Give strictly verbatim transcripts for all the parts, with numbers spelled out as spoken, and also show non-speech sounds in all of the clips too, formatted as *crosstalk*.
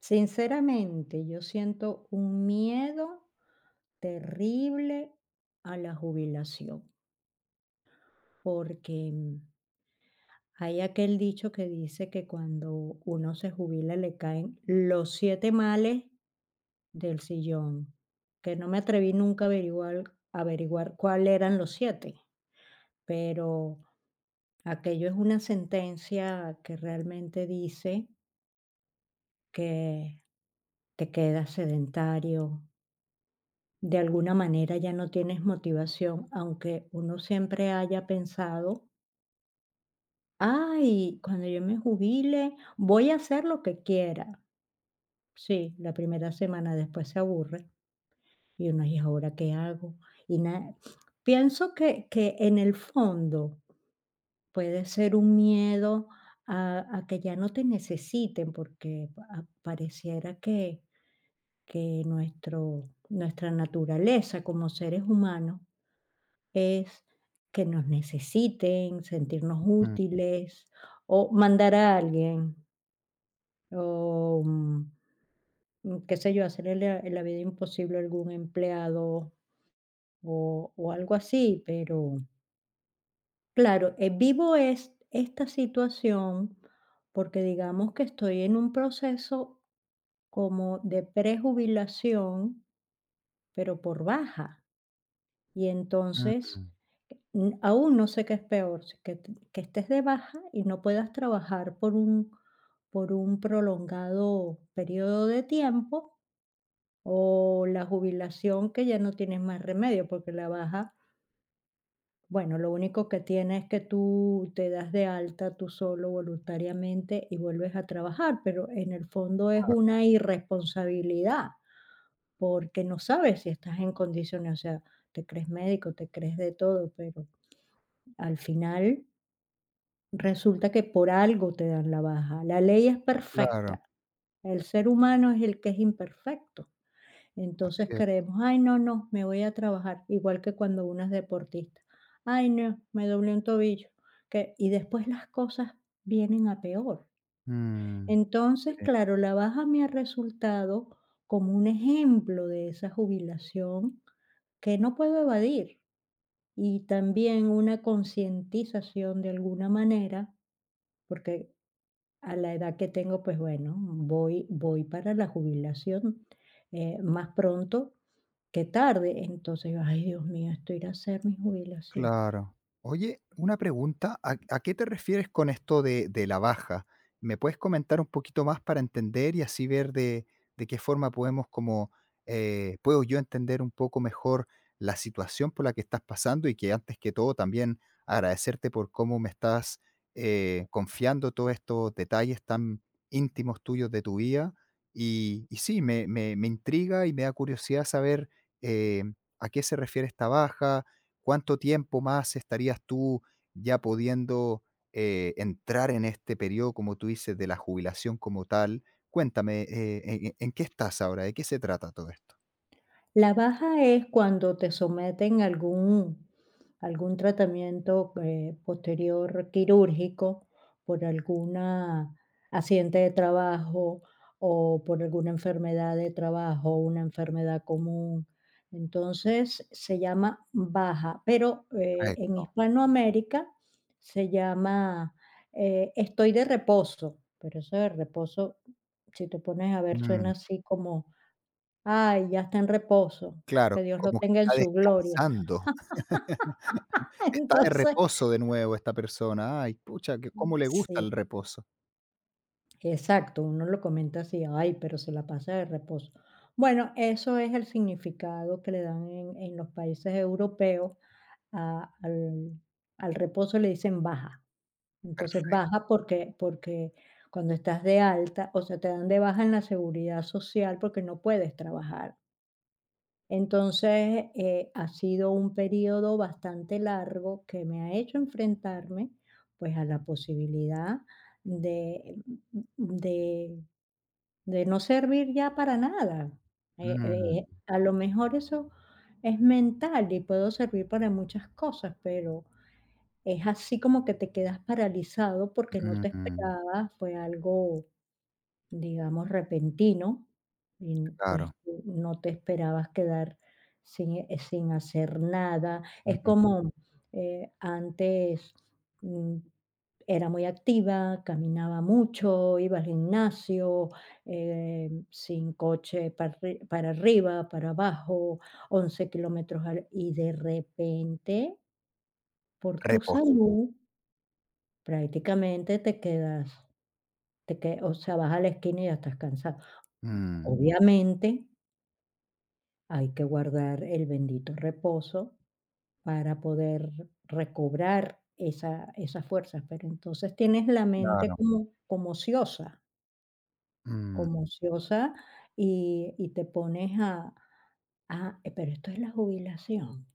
Sinceramente, yo siento un miedo terrible a la jubilación, porque mm, hay aquel dicho que dice que cuando uno se jubila le caen los siete males del sillón, que no me atreví nunca a averiguar, averiguar cuál eran los siete, pero aquello es una sentencia que realmente dice que te quedas sedentario, de alguna manera ya no tienes motivación, aunque uno siempre haya pensado, ay, cuando yo me jubile voy a hacer lo que quiera. Sí, la primera semana, después se aburre. Y uno: "¿Y ahora qué hago?". Y na, pienso que que en el fondo puede ser un miedo a a que ya no te necesiten, porque pa pareciera que que nuestro nuestra naturaleza como seres humanos es que nos necesiten, sentirnos Mm, útiles o mandar a alguien. O, mm, mm, qué sé yo, hacerle la la vida imposible a algún empleado o o algo así, pero claro, eh, vivo es esta situación, porque digamos que estoy en un proceso como de prejubilación, pero por baja. Y mm, entonces, mm, aún no sé qué es peor, si que t que estés de baja y no puedas trabajar por un por un prolongado periodo de tiempo. O la jubilación, que ya no tienes más remedio, porque la baja, bueno, lo único que tiene es que tú te das de alta tú solo voluntariamente y vuelves a trabajar, pero en el fondo es una irresponsabilidad, porque no sabes si estás en condiciones, o sea, te crees médico, te crees de todo, pero al final resulta que por algo te dan la baja. La ley es claro, perfecta, el ser humano es el que es imperfecto. así Entonces es. creemos, ay, no, no, me voy a trabajar, igual que cuando uno es deportista. Ay, no, me doblé un tobillo. Que, y después las cosas vienen a peor. Mm. Entonces, Sí. claro, la baja me ha resultado como un ejemplo de esa jubilación que no puedo evadir, y también una concientización de alguna manera, porque a la edad que tengo, pues bueno, voy, voy para la jubilación eh, más pronto qué tarde. Entonces yo: "Ay, Dios mío, esto irá a ser mi jubilación". Claro. Oye, una pregunta, ¿a, a qué te refieres con esto de, de la baja? ¿Me puedes comentar un poquito más para entender y así ver de, de qué forma podemos como, eh, puedo yo entender un poco mejor la situación por la que estás pasando y que antes que todo también agradecerte por cómo me estás eh, confiando todos estos detalles tan íntimos tuyos de tu vida? Y, y sí, me, me- me intriga y me da curiosidad saber eh, a qué se refiere esta baja. ¿Cuánto tiempo más estarías tú ya pudiendo eh, entrar en este periodo, como tú dices, de la jubilación como tal? Cuéntame, eh, ¿en, en en qué estás ahora? ¿De qué se trata todo esto? La baja es cuando te someten a algún algún tratamiento, eh, posterior quirúrgico, por alguna accidente de trabajo o por alguna enfermedad de trabajo, una enfermedad común. Entonces, se llama baja, pero, eh, en Correcto. Hispanoamérica se llama, eh, estoy de reposo, pero eso de reposo, si te pones a ver, Mm, suena así como: "Ay, ya está en reposo, claro, que Dios lo como que tenga en está su gloria". descansando, *laughs* *laughs* está de Entonces, reposo de nuevo esta persona. Ay, pucha, que cómo le gusta sí, el reposo. exacto, uno lo comenta así: "Ay, pero se la pasa de reposo". Bueno, eso es el significado que le dan en en los países europeos. A al al reposo le dicen baja. Entonces, Perfecto. baja porque porque cuando estás de alta, o sea, te dan de baja en la seguridad social porque no puedes trabajar. Entonces, eh, ha sido un periodo bastante largo que me ha hecho enfrentarme, pues, a la posibilidad de de de no servir ya para nada. Eh Mm, eh, a lo mejor eso es mental y puedo servir para muchas cosas, pero es así como que te quedas paralizado porque no te mm, esperabas, fue algo, digamos, repentino, y pues, claro. tú no te esperabas quedar sin, eh, sin hacer nada. Es Mm, como, eh, antes, mm, era muy activa, caminaba mucho, iba al gimnasio, eh, sin coche, para arri para arriba, para abajo, once kilómetros al, y de repente, por tu reposo. salud, prácticamente te quedas te que o sea, vas a la esquina y ya estás cansado. Mm, Obviamente, hay que guardar el bendito reposo para poder recobrar esa esas fuerzas, pero entonces tienes la mente claro. como como ociosa, Mm, como ociosa, y y te pones a a "Eh, pero esto es la jubilación,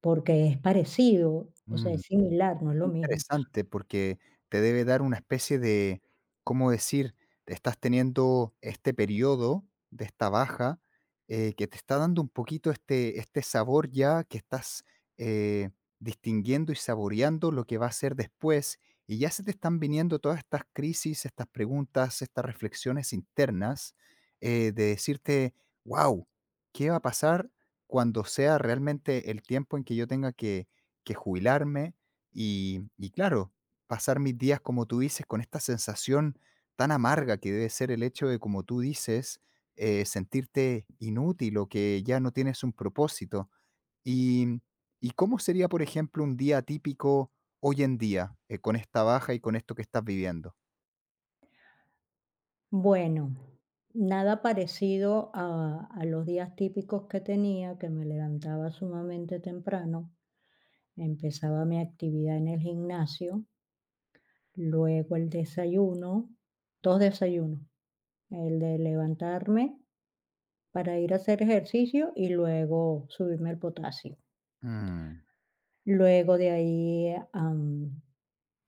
porque es parecido, o sea, mm. es similar, no es lo mismo". Interesante, porque te debe dar una especie de, ¿cómo decir? Estás teniendo este periodo de esta baja, eh, que te está dando un poquito este este sabor, ya que estás, eh, distinguiendo y saboreando lo que va a ser después, y ya se te están viniendo todas estas crisis, estas preguntas, estas reflexiones internas, eh, de decirte: "Wow, ¿qué va a pasar cuando sea realmente el tiempo en que yo tenga que que jubilarme?". Y, y claro, pasar mis días, como tú dices, con esta sensación tan amarga que debe ser el hecho de, como tú dices, eh, sentirte inútil o que ya no tienes un propósito. ¿Y, ¿Y cómo sería, por ejemplo, un día típico hoy en día, eh, con esta baja y con esto que estás viviendo? Bueno, nada parecido a a los días típicos que tenía, que me levantaba sumamente temprano. Empezaba mi actividad en el gimnasio, luego el desayuno, dos desayunos, el de levantarme para ir a hacer ejercicio y luego subirme el potasio. Mm, Luego de ahí, am,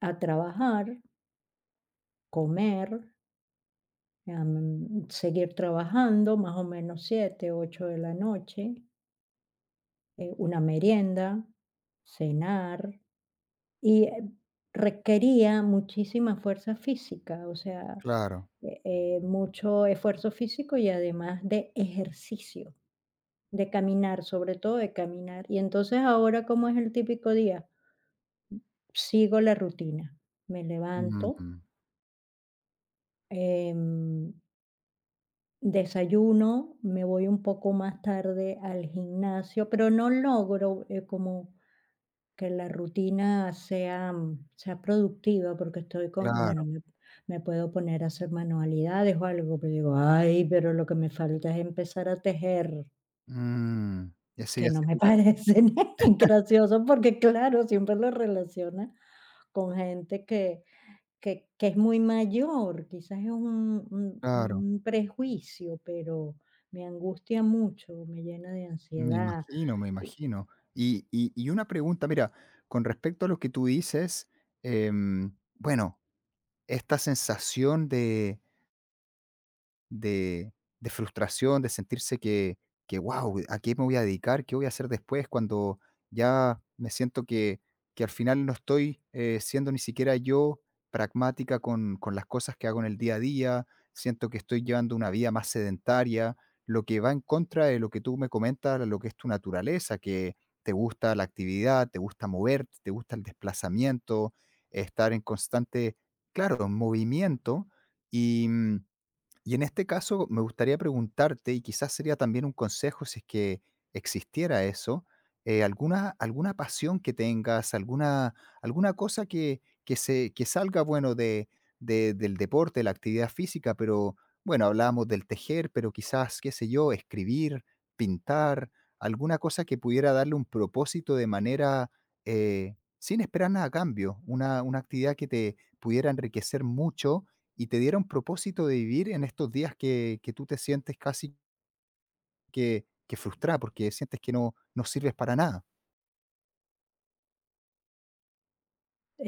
a trabajar, comer, am, seguir trabajando más o menos siete ocho de la noche, eh, una merienda, cenar. Y, eh, requería muchísima fuerza física, o sea, claro. eh eh, mucho esfuerzo físico, y además de ejercicio, de caminar, sobre todo de caminar. Y entonces ahora, ¿cómo es el típico día? Sigo la rutina. Me levanto, Mm, em Desayuno, me voy un poco más tarde al gimnasio, pero no logro, eh, como que la rutina sea, mm, sea productiva, porque estoy con, claro. bueno, me me puedo poner a hacer manualidades o algo, pero digo: "Ay, pero lo que me falta es empezar a tejer", Mm, ese que ya no me sería. parece *laughs* ni gracioso, porque claro, siempre lo relaciona con gente que que que es muy mayor, quizás es un un Claro. un prejuicio, pero me angustia mucho, me llena de Me ansiedad. imagino, me imagino. Y y y una pregunta, mira, con respecto a lo que tú dices, em, bueno, esta sensación de de, de frustración, de sentirse que, que, wow, ¿a qué me voy a dedicar? ¿Qué voy a hacer después cuando ya me siento que, que al final no estoy eh, siendo ni siquiera yo pragmática con, con las cosas que hago en el día a día? Siento que estoy llevando una vida más sedentaria, lo que va en contra de lo que tú me comentas, lo que es tu naturaleza, que te gusta la actividad, te gusta moverte, te gusta el desplazamiento, estar en constante, claro, movimiento. Y, mm, y en este caso, me gustaría preguntarte, y quizás sería también un consejo si es que existiera eso, eh, alguna, alguna pasión que tengas, alguna, alguna cosa que, que, se, que salga, bueno, de, de- del deporte, la actividad física, pero bueno, hablábamos del tejer, pero quizás, qué sé yo, escribir, pintar, alguna cosa que pudiera darle un propósito de manera eh, sin esperar nada a cambio, una, una actividad que te pudiera enriquecer mucho y te diera un propósito de vivir en estos días que, que tú te sientes casi que, que frustrada porque sientes que no, no sirves para nada.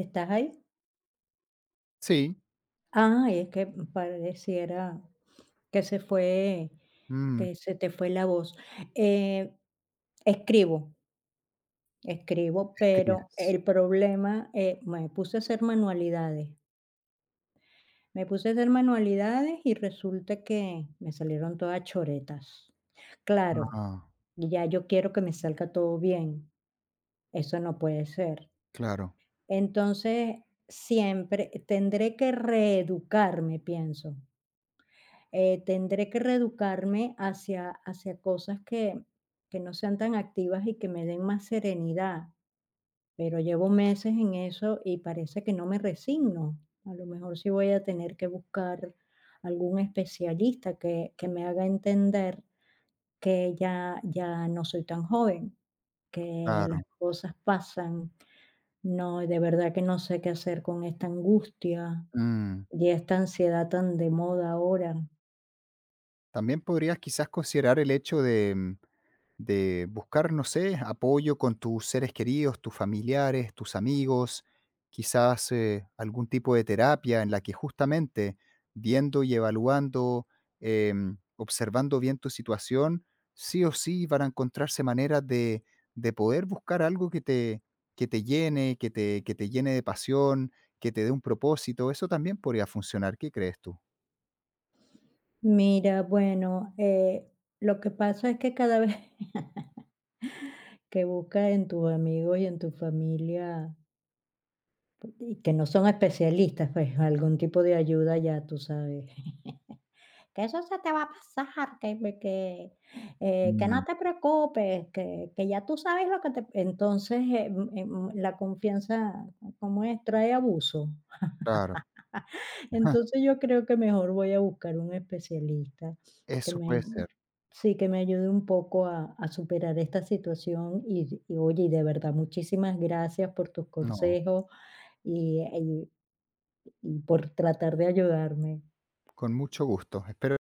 ¿Estás ahí? Sí. Ah, es que pareciera que se fue Mm, que se te fue la voz. Eh, escribo, escribo, pero escribes. el problema, eh, me puse a hacer manualidades. Me puse a hacer manualidades y resulta que me salieron todas choretas. Claro, Ah, y ya yo quiero que me salga todo bien, eso no puede ser. claro, Entonces, siempre tendré que reeducarme, pienso. Eh, tendré que reeducarme hacia hacia cosas que que no sean tan activas y que me den más serenidad. Pero llevo meses en eso y parece que no me resigno. A lo mejor sí voy a tener que buscar algún especialista que que me haga entender que ya ya no soy tan joven, que las claro. cosas pasan. No, de verdad que no sé qué hacer con esta angustia Mm. y esta ansiedad tan de moda ahora. También podrías quizás considerar el hecho de, mm, de buscar, no sé, apoyo con tus seres queridos, tus familiares, tus amigos, quizás eh, algún tipo de terapia en la que justamente viendo y evaluando, em, observando bien tu situación, sí o sí van a encontrarse maneras de, de poder buscar algo que te, que te llene, que te, que te llene de pasión, que te dé un propósito. Eso también podría funcionar. ¿Qué crees tú? Mira, bueno, eh, lo que pasa es que cada vez, *laughs* que buscas en tus amigos y en tu familia y que no son especialistas, pues, algún tipo de ayuda ya tú sabes. *laughs* Que eso se te va a pasar, que me que, eh, que no Mm, te preocupes, que que ya tú sabes lo que te entonces, em em, la confianza, ¿cómo es? Trae abuso. claro, *laughs* *laughs* Entonces, yo creo que mejor voy a buscar un especialista que eso me puede ser. sí, que me ayude un poco a a superar esta situación, y y oye, y de verdad, muchísimas gracias por tus No, consejos y y por tratar de ayudarme. con mucho gusto. Espero